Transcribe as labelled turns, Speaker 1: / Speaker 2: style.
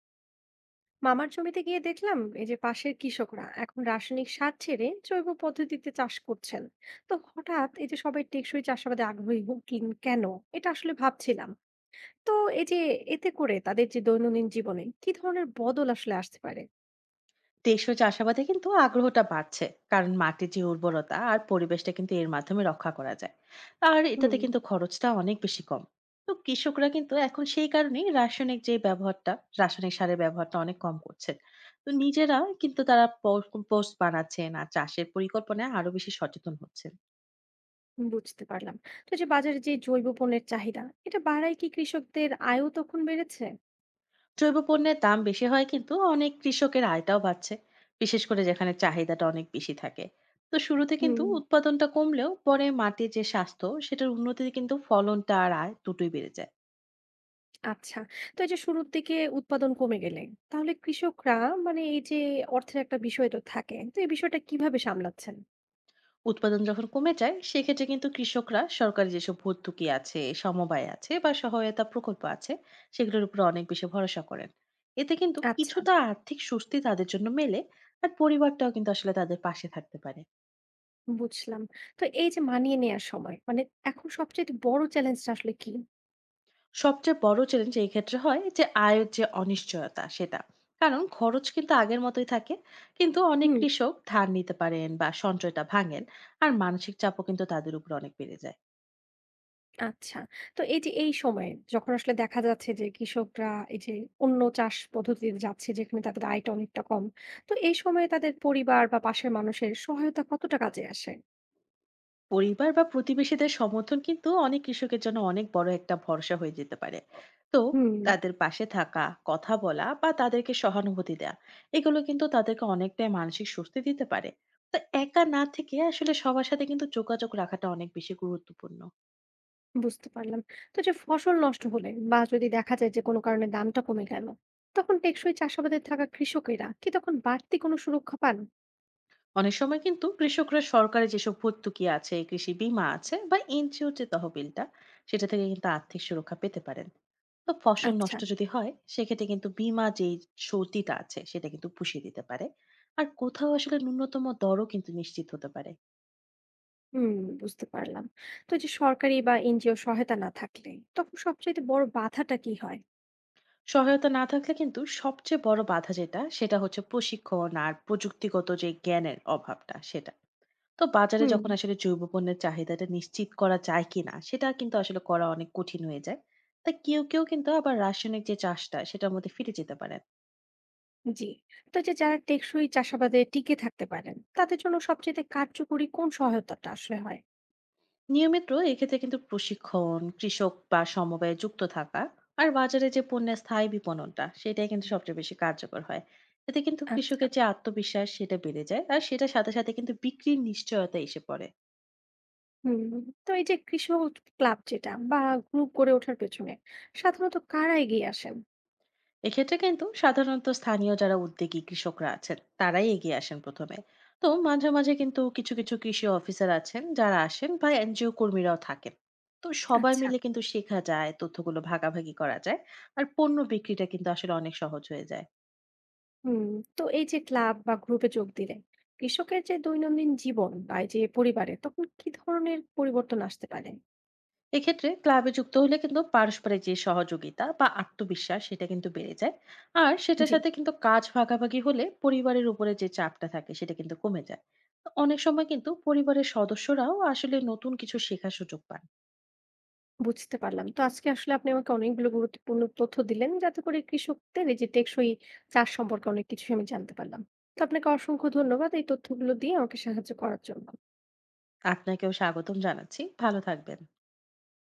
Speaker 1: মামার জমিতে গিয়ে দেখলাম এই যে পাশের কৃষকরা এখন রাসায়নিক সার ছেড়ে জৈব পদ্ধতিতে চাষ করছেন। তো হঠাৎ এই যে সবাই টেকসই চাষাবাদে আগ্রহী হলেন কেন? এটা আসলে ভাবছিলাম। তো এই যে এতে করে তাদের যে দৈনন্দিন জীবনে কি ধরনের বদল আসলে আসতে পারে?
Speaker 2: টেকসই চাষাবাদে কিন্তু আগ্রহটা বাড়ছে। কারণ মাটির যে উর্বরতা আর পরিবেশটা কিন্তু এর মাধ্যমে রক্ষা করা যায়। আর এটাতে
Speaker 1: হুম,
Speaker 2: কিন্তু খরচটা অনেক বেশি কম। তো কৃষকরা কিন্তু এখন সেই কারণেই রাসায়নিক যে ব্যবহারটা, রাসায়নিক সারের ব্যবহারটা অনেক কম করছেন। তো নিজেরা কিন্তু তারা পোস্ট বানাচ্ছেন আর চাষের পরিকল্পনায় আরো বেশি সচেতন হচ্ছেন।
Speaker 1: বুঝতে পারলাম। তো এই যে বাজারে যে জৈব পণ্যের চাহিদা এটা বাড়ায় কি কৃষকদের আয়ও তখন বেড়েছে?
Speaker 2: জৈব পণ্যের দাম বেশি হয় কিন্তু অনেক কৃষকের আয়টাও বাড়ছে, বিশেষ করে যেখানে চাহিদাটা অনেক বেশি থাকে। তো শুরুতে কিন্তু
Speaker 1: হুম,
Speaker 2: উৎপাদনটা কমলেও পরে মাটির যে স্বাস্থ্য সেটার উন্নতিতে কিন্তু ফলনটা আর আয় দুটোই বেড়ে যায়।
Speaker 1: আচ্ছা। তো এই যে শুরুর দিকে উৎপাদন কমে গেলে তাহলে কৃষকরা, মানে এই যে অর্থের একটা বিষয় তো থাকে। তো এই বিষয়টা কিভাবে সামলাচ্ছেন?
Speaker 2: উৎপাদন যখন কমে যায় সেক্ষেত্রে কিন্তু কৃষকরা সরকারি যেসব ভর্তুকি আছে, সমবায় আছে বা সহায়তা প্রকল্প আছে, সেগুলোর উপর অনেক বেশি ভরসা করেন। এতে কিন্তু
Speaker 1: আচ্ছা,
Speaker 2: কিছুটা আর্থিক স্বস্তি তাদের জন্য মেলে। আর পরিবারটাও কিন্তু আসলে তাদের পাশে থাকতে পারে।
Speaker 1: বুঝলাম। তো এই যে মানিয়ে নেয়ার সময় মানে এখন সবচাইতে বড় চ্যালেঞ্জটা আসলে কি?
Speaker 2: সবচেয়ে বড় চ্যালেঞ্জ এই ক্ষেত্রে হয় যে আয়ের যে অনিশ্চয়তা সেটা, কারণ খরচ কিন্তু আগের মতোই থাকে। কিন্তু অনেক
Speaker 1: হুম,
Speaker 2: কৃষক ধার নিতে পারেন বা সঞ্চয়টা ভাঙেন। আর মানসিক চাপও কিন্তু তাদের উপর অনেক বেড়ে যায়।
Speaker 1: আচ্ছা। তো এই যে এই সময়ে যখন আসলে দেখা যাচ্ছে যে কৃষকরা এই যে অন্য চাষ পদ্ধতিতে যাচ্ছে যেখানে তাদের আয়টা অনেকটা কম। তো এই সময়ে তাদের পরিবার বা পাশের মানুষের সহায়তা কতটা কাজে আসে?
Speaker 2: পরিবার বা প্রতিবেশীদের সমর্থন কিন্তু অনেক কৃষকের জন্য অনেক বড় একটা ভরসা হয়ে যেতে পারে। তো
Speaker 1: হুম,
Speaker 2: তাদের পাশে থাকা, কথা বলা বা তাদেরকে সহানুভূতি দেওয়া, এগুলো কিন্তু তাদেরকে অনেকটাই মানসিক স্বস্তি দিতে পারে। তো একা না থেকে আসলে সবার সাথে কিন্তু যোগাযোগ রাখাটা অনেক বেশি গুরুত্বপূর্ণ।
Speaker 1: বুঝতে পারলাম। তো যে ফসল নষ্ট হলে বা যদি দেখা যায় যে কোনো কারণে দামটা কমে গেল, তখন টেকসই চাষাবাদে থাকা কৃষকেরা কি তখন বাড়তি কোনো সুরক্ষা পান?
Speaker 2: অনেক সময় কিন্তু কৃষকরা সরকারি যেসব ভর্তুকি আছে, কৃষি বীমা আছে বা এনজিও যে তহবিলটা, সেটা থেকে কিন্তু আর্থিক সুরক্ষা পেতে পারেন। তো ফসল
Speaker 1: আচ্ছা,
Speaker 2: নষ্ট যদি হয় সেক্ষেত্রে কিন্তু বীমা যেই সর্দিটা আছে সেটা কিন্তু পুষিয়ে দিতে পারে। আর কোথাও আসলে ন্যূনতম দরও কিন্তু নিশ্চিত হতে পারে।
Speaker 1: হুম, বুঝতে পারলাম। তো যে সরকারি বা এনজিও সহায়তা না থাকলে তখন সবচাইতে বড় বাধাটা কি হয়?
Speaker 2: সহায়তা না থাকলে কিন্তু সবচেয়ে বড় বাধা যেটা সেটা হচ্ছে প্রশিক্ষণ আর প্রযুক্তিগত যে জ্ঞানের অভাবটা সেটা। তো বাজারে
Speaker 1: হুম,
Speaker 2: যখন আসলে জৈব পণ্যের চাহিদাটা নিশ্চিত করা যায় কিনা সেটা কিন্তু আসলে করা অনেক কঠিন হয়ে যায়। তা কেউ কেউ কিন্তু আবার রাসায়নিক যে চাষটা সেটার মধ্যে ফিরে যেতে পারেন।
Speaker 1: জি। তো যে যারা টেকসই চাষাবাদে টিকে থাকতে পারেন, তাদের জন্য সবচেয়ে কার্যকরী কোন সহায়তাটা আসলে হয়?
Speaker 2: নিয়মিত এক্ষেত্রে কিন্তু প্রশিক্ষণ কৃষক বা সমবায়ে যুক্ত থাকা আর বাজারে যে পণ্যের স্থায়ী বিপণনটা সেটাই কিন্তু সবচেয়ে বেশি কার্যকর হয়। এতে কিন্তু
Speaker 1: আচ্ছা,
Speaker 2: কৃষকের যে আত্মবিশ্বাস সেটা বেড়ে যায় আর সেটার সাথে সাথে কিন্তু বিক্রির নিশ্চয়তা এসে পড়ে।
Speaker 1: হুম। তো এই যে কৃষক ক্লাব যেটা বা গ্রুপ গড়ে ওঠার পেছনে সাধারণত কারা এগিয়ে আসেন?
Speaker 2: এক্ষেত্রে কিন্তু সাধারণত স্থানীয় যারা উদ্যোগী কৃষকরা আছেন তারাই এগিয়ে আসেন প্রথমে। তো মাঝে মাঝে কিন্তু কিছু কিছু কৃষি অফিসার আছেন যারা আসেন বা এনজিও কর্মীরাও থাকেন। তো সবাই
Speaker 1: আচ্ছা,
Speaker 2: মিলে কিন্তু শেখা যায়, তথ্যগুলো ভাগাভাগি করা যায়। আর পণ্য বিক্রিটা কিন্তু আসলে অনেক সহজ হয়ে যায়।
Speaker 1: হুম। তো এই যে ক্লাব বা গ্রুপে যোগ দিলে কৃষকের যে দৈনন্দিন জীবন বা এই যে পরিবারে তখন কি ধরনের পরিবর্তন আসতে পারে?
Speaker 2: এক্ষেত্রে ক্লাবে যুক্ত হলে কিন্তু পারস্পরিক যে সহযোগিতা বা আত্মবিশ্বাস সেটা কিন্তু বেড়ে যায়। আর সেটার
Speaker 1: জি,
Speaker 2: সাথে কিন্তু কাজ ভাগাভাগি হলে পরিবারের উপরে যে চাপটা থাকে সেটা কিন্তু কমে যায়। তো অনেক সময় কিন্তু পরিবারের সদস্যরাও আসলে নতুন কিছু শেখার সুযোগ পান।
Speaker 1: বুঝতে পারলাম। তো আজকে আসলে আপনি আমাকে অনেকগুলো গুরুত্বপূর্ণ তথ্য দিলেন যাতে করে কৃষকদের এই যে টেকসই চাষ সম্পর্কে অনেক কিছুই আমি জানতে পারলাম। তো আপনাকে অসংখ্য ধন্যবাদ এই তথ্যগুলো দিয়ে আমাকে সাহায্য করার জন্য।
Speaker 2: আপনাকেও স্বাগতম জানাচ্ছি। ভালো থাকবেন।